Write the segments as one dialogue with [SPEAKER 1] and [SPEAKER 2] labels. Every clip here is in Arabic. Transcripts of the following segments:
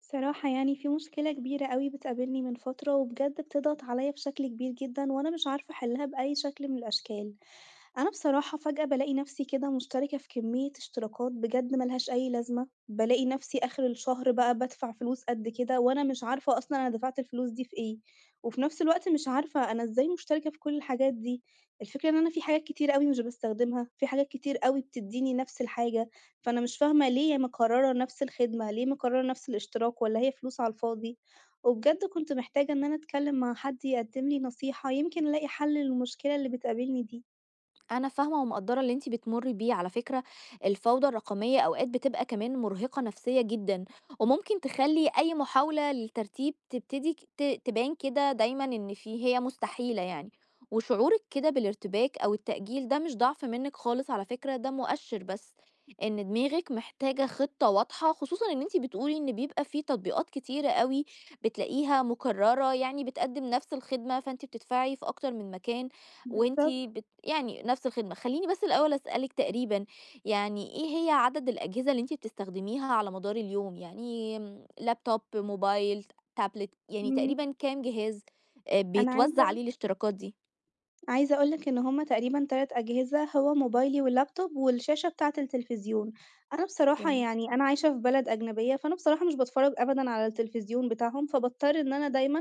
[SPEAKER 1] صراحة يعني في مشكلة كبيرة أوي بتقابلني من فترة وبجد بتضغط عليا بشكل كبير جدًا، وأنا مش عارفة أحلها بأي شكل من الأشكال. أنا بصراحة فجأة بالاقي نفسي كده مشتركة في كمية اشتراكات بجد ملهاش أي لازمة، بالاقي نفسي آخر الشهر بقى بادفع فلوس قد كده وأنا مش عارفة أصلًا أنا دفعت الفلوس دي في إيه، وفي نفس الوقت مش عارفة أنا إزاي مشتركة في كل الحاجات دي، الفكرة إن أنا في حاجات كتير أوي مش باستخدمها، في حاجات كتير أوي بتديني نفس الحاجة، فأنا مش فاهمة ليه مكررة نفس الخدمة، ليه مكررة نفس الاشتراك، والّا هي فلوس على الفاضي؟ وبجد كنت محتاجة إن أنا أتكلم مع حد يقدم لي نصيحة، يمكن ألاقي حل للمشكلة اللي بتقابلني دي.
[SPEAKER 2] أنا فاهمة ومقدّرة اللي أنتِ بتمُرّي بيه، على فكرة الفوضى الرقمية أوقات بتبقى كمان مُرهقة نفسيًا جدًا، وممكن تخلّي أي محاولة للترتيب تبتدي ك- ت تبان كده دايمًا إن في هي مستحيلة يعني، وشعورِك كده بالارتباك أو التأجيل ده مش ضعف منِّك خالص على فكرة، ده مؤشِّر بس إن دماغِك محتاجة خطة واضحة، خصوصًا إن أنتِ بتقولي إن بيبقى في تطبيقات كتيرة أوي بتلاقيها مُكرّرة، يعني بتقدّم نفس الخدمة، فأنتِ بتدفعي في أكتر من مكان. وأنتِ
[SPEAKER 1] بالضبط.
[SPEAKER 2] بت يعني نفس الخدمة. خلّيني بس الأول أسألِك تقريبًا يعني إيه هي عدد الأجهزة اللي أنتِ بتستخدميها على مدار اليوم؟ يعني laptop، موبايل، تابلت، يعني
[SPEAKER 1] إمم.
[SPEAKER 2] تقريبًا كام جهاز
[SPEAKER 1] أنا
[SPEAKER 2] بيتوزّع
[SPEAKER 1] عايزة أقول
[SPEAKER 2] عليه الاشتراكات دي؟
[SPEAKER 1] عايزة أقول لك إن هُم تقريبًا 3 أجهزة، هو موبايلي واللابتوب والشاشة بتاعة التلفزيون. أنا بصراحة
[SPEAKER 2] جميل،
[SPEAKER 1] يعني أنا عايشة في بلد أجنبية، فأنا بصراحة مش باتفرّج أبدًا على التلفزيون بتاعهم، فباضطر إن أنا دايمًا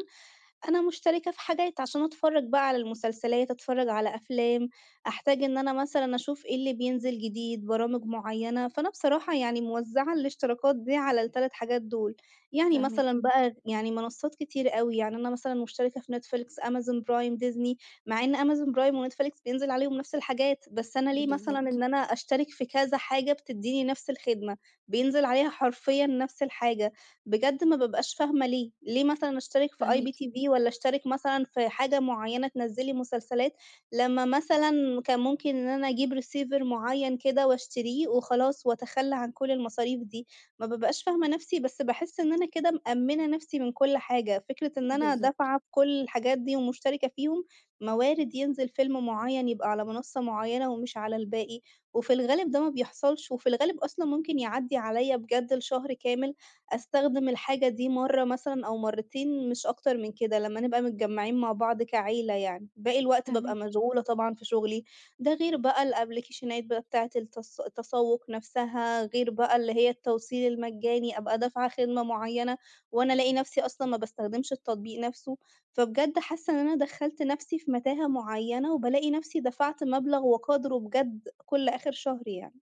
[SPEAKER 1] أنا مشتركة في حاجات عشان أتفرّج بقى على المسلسلات، أتفرّج على أفلام، أحتاج إن أنا مثلًا أشوف إيه اللي بينزل جديد، برامج معيّنة، فأنا بصراحة يعني موزّعة الاشتراكات دي على ال3 حاجات دول. يعني
[SPEAKER 2] فاهماكِ،
[SPEAKER 1] مثلًا بقى يعني منصات كتير أوي، يعني أنا مثلًا مشتركة في Netflix، Amazon Prime، Disney، مع إن Amazon Prime وNetflix بينزل عليهم نفس الحاجات، بس أنا ليه مثلًا
[SPEAKER 2] بالضبط،
[SPEAKER 1] إن أنا أشترك في كذا حاجة بتدّيني نفس الخدمة، بينزل عليها حرفيًا نفس الحاجة. بجد ما بابقاش فاهمة ليه، ليه مثلًا أشترك في
[SPEAKER 2] فاهماكِ،
[SPEAKER 1] IPTV والّا أشترك مثلًا في حاجة معيّنة تنزّل لي مسلسلات، لمّا مثلًا كان ممكن إن أنا أجيب receiver معيّن كده واشتريه وخلاص وأتخلّى عن كل المصاريف دي، ما بابقاش فاهمة نَفْسي، بس باحس إن أنا كده مأمّنة نَفْسي من كل حاجة، فكرة إن أنا
[SPEAKER 2] بالضبط،
[SPEAKER 1] دافعة في كل الحاجات دي ومشتركة فيهم، ما وارد ينزل فيلم معيّن يبقى على منصة معيّنة ومش على الباقي، وفي الغالب ده ما بيحصلش، وفي الغالب أصلًا ممكن يعدّي عليّا بجد لشهر كامل أستخدم الحاجة دي مرّة مثلًا أو مرّتين مش أكتر من كده، لمّا نبقى متجمّعين مع بعض كعيلة يعني، باقي الوقت بابقى
[SPEAKER 2] فاهماكِ.
[SPEAKER 1] مشغولة طبعًا في شغلي، ده غير بقى الأبليكيشنات بقى بتاعة التسوق نفْسها، غير بقى اللي هي التوصيل المجاني، أبقى دافعة خدمة معيّنة وأنا ألاقي نفْسي أصلًا ما باستخدمش التطبيق نفْسه، فبجد حاسة إن أنا دخّلت نفْسي في متاهة معيّنة وبالاقي نفْسي دفعت مبلغ وقدره بجد كل آخر شهر يعني.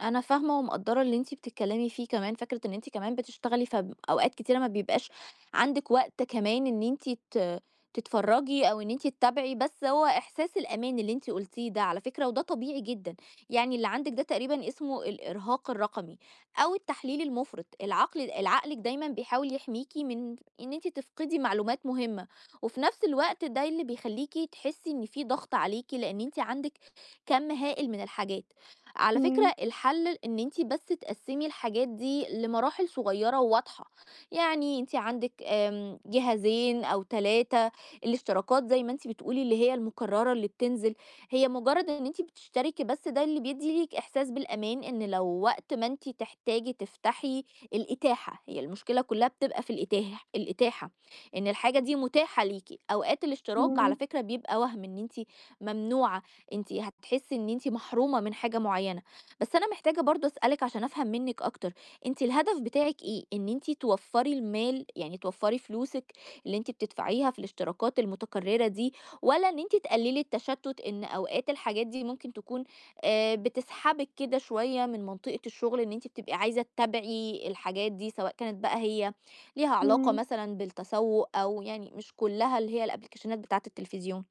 [SPEAKER 2] أنا فاهمة ومقدّرة اللي أنتِ بتتكلّمي فيه كمان، فكرة إن أنتِ كمان بتشتغلي فأوقات كتيرة ما بيبقاش عندِك وقت كمان إن أنتِ تتفرّجي أو إن أنتِ تتابعي، بس هو إحساس الأمان اللي أنتِ قُلتيه ده على فكرة وده طبيعي جدًا، يعني اللي عندِك ده تقريبًا اسمه الإرهاق الرقمي أو التحليل المُفرط، العقلِك دايمًا بيحاول يحميكِ من إن أنتِ تفقدي معلومات مهمة، وفي نفس الوقت ده اللي بيخلّيكِ تحسّي إن في ضغط عليكِ لإن أنتِ عندِك كَم هائل من الحاجات. على
[SPEAKER 1] إمم،
[SPEAKER 2] فكرة الحل ان انتي بس تقسمي الحاجات دي لمراحل صغيرة وواضحة. يعني انتي عندك جهازين او ثلاثة. الاشتراكات زي ما انتي بتقولي اللي هي المكررة اللي بتنزل هي مجرد ان انتي بتشتركي، بس ده اللي بيدي ليك احساس بالامان ان لو وقت ما انتي تحتاجي تفتحي. الاتاحة هي المشكلة، كلها بتبقى في الاتاحة، ان الحاجة دي متاحة ليكي. اوقات الاشتراك على
[SPEAKER 1] إمم،
[SPEAKER 2] فكرة بيبقى وهم ان انتي ممنوعة، أنتِ هتحسّي إن أنتِ محرومة من حاجة معيّنة، بس أنا محتاجة برضه أسألِك عشان أفهم منِّك أكتر، أنتِ الهدف بتاعِك إيه؟ إن أنتِ توفّري المال، يعني توفّري فلوسِك اللي أنتِ بتدفعيها في الاشتراكات المتكررة دي، والّا إن أنتِ تقلّلي التشتُّت إن أوقات الحاجات دي ممكن تكون بتسحبِك كده شوية من منطقة الشغل، إن أنتِ بتبقي عايزة تتابعي الحاجات دي سواء كانت بقى هي ليها علاقة
[SPEAKER 1] إمم.
[SPEAKER 2] مثلًا بالتسوُّق أو يعني مش كُلّها اللي هي الأبليكيشنات بتاعة التلفزيون؟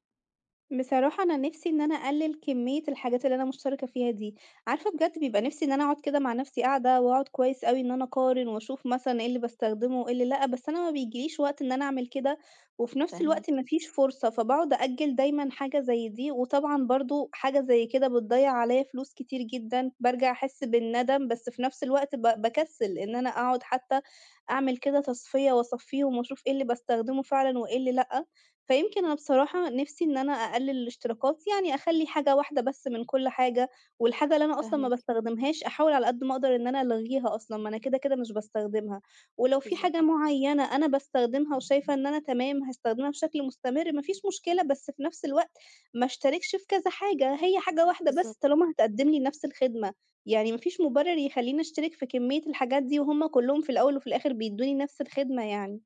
[SPEAKER 1] بصراحة أنا نِفْسي إن أنا أقلِّل كمية الحاجات اللي أنا مشتركة فيها دي، عارفة بجد بيبقى نِفْسي إن أنا أقعد كده مع نَفْسي قاعدة وأقعد كويس أوي إن أنا أقارن وأشوف مثلًا إيه اللي باستخدمه وإيه اللي لأ، بس أنا ما بيجيليش وقت إن أنا أعمل كده، وفي نَفْس الوقت
[SPEAKER 2] فاهماكِ،
[SPEAKER 1] ما فيش فرصة، فباقعد أأجِّل دايمًا حاجة زي دي، وطبعًا برضه حاجة زي كده بتضيّع عليّا فلوس كتير جدًا، بارجع أحس بالندم، بس في نَفْس الوقت باكسِّل إن أنا أقعد حتى أعمل كده تصفية وأصفّيهم وأشوف إيه اللي باستخدمه فعلًا وإيه اللي لأ. فيمكن أنا بصراحة نِفْسي إن أنا أقلِّل الاشتراكات، يعني أخلّي حاجة واحدة بس من كل حاجة، والحاجة اللي أنا أصلًا ما
[SPEAKER 2] فاهماكِ.
[SPEAKER 1] باستخدمهاش أحاول على قد ما أقدر إن أنا ألغيها أصلًا، ما أنا كده مش باستخدمها، ولو في حاجة
[SPEAKER 2] بالضبط،
[SPEAKER 1] معيّنة أنا باستخدمها وشايفة إن أنا تمام هاستخدمها بشكل مستمر ما فيش مشكلة، بس في نَفْس الوقت ما اشتركش في كذا حاجة، هي حاجة واحدة بس
[SPEAKER 2] بالضبط.
[SPEAKER 1] طالما هتقدِّم لي نَفْس الخدمة، يعني ما فيش مُبرر يخلّيني أشترك في كمية الحاجات دي وهُم كلّهم في الأول وفي الآخر بيدّوني نَفْس الخدمة يعني.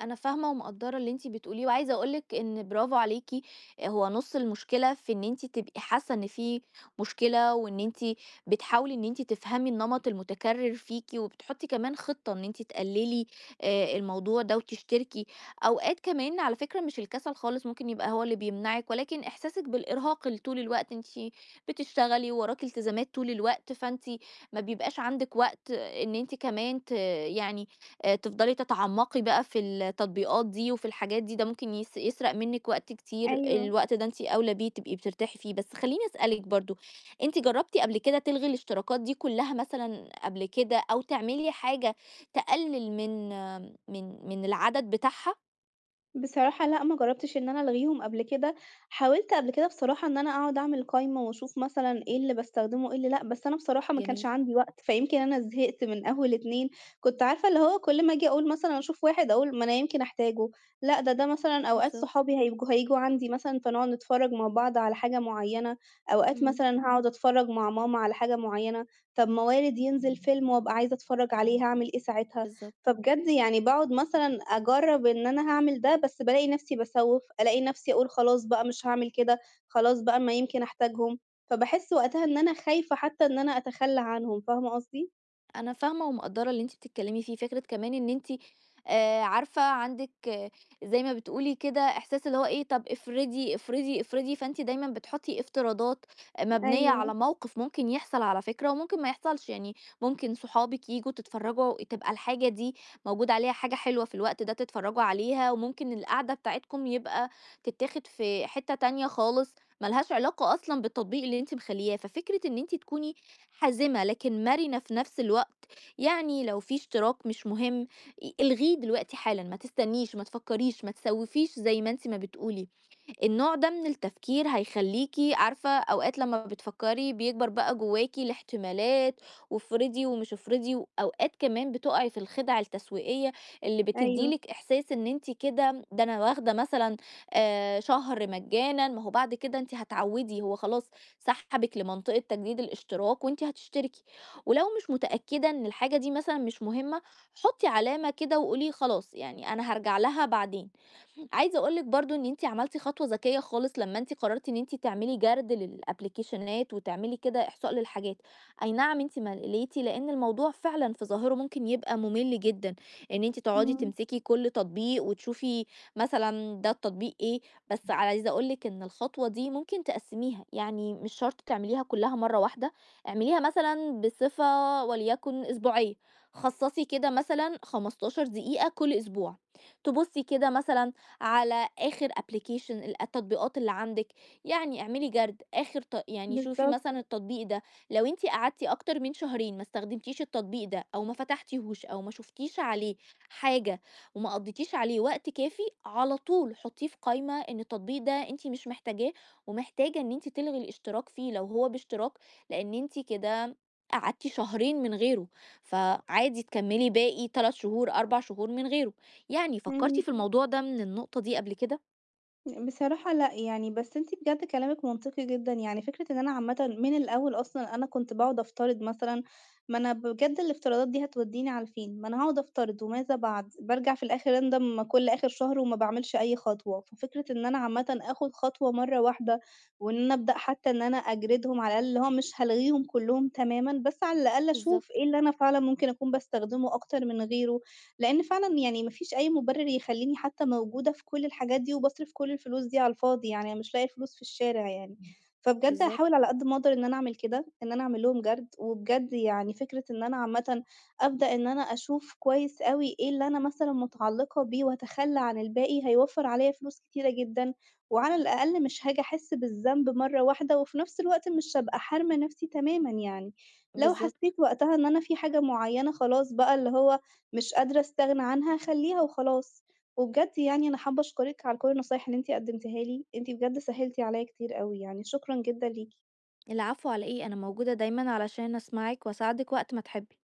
[SPEAKER 2] أنا فاهمة ومقدّرة اللي أنتِ بتقوليه، وعايزة أقول لِك إن برافو عليكِ، هو نُص المشكلة في إن أنتِ تبقي حاسة إن في مشكلة، وإن أنتِ بتحاولي إن أنتِ تفهمي النمط المتكرر فيكِ، وبتحطّي كمان خطة إن أنتِ تقللي الموضوع ده وتشتركي. أوقات كمان على فكرة مش الكسل خالص ممكن يبقى هو اللي بيمنعِك، ولكن إحساسِك بالإرهاق طول الوقت، أنتِ بتشتغلي ووراكِ التزامات طول الوقت، فأنتِ ما بيبقاش عندِك وقت إن أنتِ كمان ت يعني تفضلي تتعمّقي بقى في التطبيقات دي وفي الحاجات دي، ده ممكن يسرق منِّك وقت كتير،
[SPEAKER 1] أيوه.
[SPEAKER 2] الوقت ده أنتِ أولى بيه تبقي بترتاحي فيه. بس خلّيني أسألِك برضه، أنتِ جرّبتِ قبل كده تلغي الاشتراكات دي كلّها مثلًا قبل كده أو تعملي حاجة تقلِّل من من العدد بتاعها؟
[SPEAKER 1] بصراحة لأ، ما جرّبتش إن أنا ألغيهم قبل كده، حاولت قبل كده بصراحة إن أنا أقعد أعمل قايمة وأشوف مثلًا إيه اللي باستخدمه وإيه اللي لأ، بس أنا بصراحة ما كانش
[SPEAKER 2] جميل،
[SPEAKER 1] عندي وقت، فيمكن أنا زهقت من أول 2. كنت عارفة اللي هو كل ما آجي أقول مثلًا أشوف واحد أقول ما أنا يمكن أحتاجه، لأ ده مثلًا أوقات
[SPEAKER 2] بالضبط،
[SPEAKER 1] صحابي هيبقوا هييجوا عندي مثلًا فنقعد نتفرّج مع بعض على حاجة معيّنة، أوقات
[SPEAKER 2] إمم،
[SPEAKER 1] مثلًا هاقعد أتفرّج مع ماما على حاجة معيّنة، طب ما وارد ينزل فيلم وأبقى عايزة أتفرّج عليه هاعمل إيه ساعتها؟
[SPEAKER 2] بالضبط.
[SPEAKER 1] فبجد يعني باقعد مثلًا أجرّب إن أنا هاعمل ده، بس بالاقي نَفْسي باسوّف، ألاقي نَفْسي أقول خلاص بقى مش هاعمل كده، خلاص بقى ما يمكن أحتاجهم، فباحس وقتها إن أنا خايفة حتى إن أنا أتخلّى عنهم، فاهمة قصدي؟
[SPEAKER 2] أنا فاهمة ومقدّرة اللي أنتِ بتتكلمي فيه، فكرة كمان إن أنتِ عارفة عندِك زي ما بتقولي كده إحساس اللي هو إيه، طَب افرضي، افرضي، افرضي، فأنتِ دايمًا بتحطّي افتراضات مبنية
[SPEAKER 1] أيوه،
[SPEAKER 2] على موقف ممكن يحصل على فكرة وممكن ما يحصلش، يعني ممكن صحابِك ييجوا تتفرّجوا تبقى الحاجة دي موجود عليها حاجة حلوة في الوقت ده تتفرّجوا عليها، وممكن القعدة بتاعتكم يبقى تتاخد في حتّة تانية خالص ما لهاش علاقة أصلًا بالتطبيق اللي أنتِ مخلّياه، ففكرة إن أنتِ تكوني حازمة لكن مرنة في نفس الوقت، يعني لو في اشتراك مش مهم، الغيه دلوقتي حالًا، ما تستنيش، ما تفكّريش، ما تسوّفيش زي ما أنتِ ما بتقولي. النوع ده من التفكير هيخلّيكِ عارفة أوقات لمّا بتفكّري بيكبر بقى جواكِ الاحتمالات، وافرضي ومش افرضي، وأوقات كمان بتُقعي في الخدع التسويقية اللي بتدّي
[SPEAKER 1] أيوه،
[SPEAKER 2] لِك إحساس إن أنتِ كده ده أنا واخدة مثلًا شهر مجانًا، ما هو بعد كده أنتِ هتعوّدي، هو خلاص سحبِك لمنطقة تجديد الاشتراك وأنتِ هتشتركي، ولو مش متأكدة إن الحاجة دي مثلًا مش مهمة، حُطّي علامة كده وقولي خلاص يعني أنا هارجع لها بعدين. عايزة اقول لِك برضه إن أنتِ عملتِ خطوة ذكية خالص لمّا أنتِ قررتِ إن أنتِ تعملي جَرد للأبليكيشنات وتعملي كده إحصاء للحاجات، أي نعم أنتِ ملِّيتِ لأن الموضوع فعلًا في ظاهره ممكن يبقى مُمِل جدًا، إن أنتِ تقعدي
[SPEAKER 1] إمم،
[SPEAKER 2] تمسكي كل تطبيق وتشوفي مثلًا ده التطبيق إيه، بس عايزة اقول لِك إن الخطوة دي ممكن تقسّميها، يعني مش شرط تعمليها كلها مرّة واحدة، اعمليها مثلًا بصفة وليكن أسبوعية، خصّصي كده مثلًا 15 دقيقة كل أسبوع، تبُصي كده مثلًا على آخر application التطبيقات اللي عندك. يعني اعملي جرد آخر يعني شوفي
[SPEAKER 1] بالضبط،
[SPEAKER 2] مثلا التطبيق ده، لو انت قعدتي أكتر من شهرين ما استخدمتيش التطبيق ده أو ما فتحتيهوش أو ما شفتيش عليه حاجة وما قضيتيش عليه وقت كافي، على طول حطيه في قائمة إن التطبيق ده انت مش محتاجاه ومحتاجة إن انت تلغي الاشتراك فيه لو هو باشتراك، لأن انت كده قعدتي شهرين من غيره فعادي تكملي باقي 3 شهور 4 شهور من غيره. يعني فكرتِ
[SPEAKER 1] إمم.
[SPEAKER 2] في الموضوع ده من النقطة دي قبل كده؟
[SPEAKER 1] بصراحة لأ، يعني بس أنتِ بجد كلامِك منطقي جدًا، يعني فكرة إن أنا عامةً من الأول أصلًا أنا كنت باقعد أفترض مثلًا، ما أنا بجد الافتراضات دي هتوديني على فين؟ ما أنا هاقعد أفترض وماذا بعد؟ بارجع في الآخر أندم كل آخر شهر وما باعملش أي خطوة، ففكرة إن أنا عامةً آخد خطوة مرة واحدة، وإن أنا أبدأ حتى إن أنا أجردهم على الأقل اللي هو مش هالغيهم كلّهم تمامًا، بس على الأقل أشوف
[SPEAKER 2] بالضبط،
[SPEAKER 1] إيه اللي أنا فعلًا ممكن أكون باستخدمه أكتر من غيره، لإن فعلًا يعني ما فيش أي مُبرر يخلّيني حتى موجودة في كل الحاجات دي، وباصرف كل الفلوس دي على الفاضي، يعني أنا مش لاقية الفلوس في الشارع يعني. إمم. فبجد هاحاول
[SPEAKER 2] بالضبط.
[SPEAKER 1] على قد ما أقدر إن أنا أعمل كده، إن أنا أعمل لهم جَرد، وبجد يعني فكرة إن أنا عامةً أبدأ إن أنا أشوف كويس أوي إيه اللي أنا مثلًا متعلقة بيه وأتخلى عن الباقي، هيوفّر عليَّ فلوس كتيرة جدًا، وعلى الأقل مش هاجي أحس بالذنب مرّة واحدة، وفي نفس الوقت مش هابقى حارمة نفسي تمامًا يعني. لو
[SPEAKER 2] بالضبط.
[SPEAKER 1] حسيت وقتها إن أنا في حاجة معيّنة خلاص بقى اللي هو مش قادرة أستغنى عنها خلّيها وخلاص. وبجد يعني أنا حابة أشكرِك على كل النصايح اللي أنتِ قدّمتيها لي، أنتِ بجد سهّلتِ عليّا كتير أوي، يعني شكرًا جدًا ليكِ.
[SPEAKER 2] العفو على إيه، أنا موجودة دايمًا علشان أسمعِك وأساعدِك وقت ما تحبي.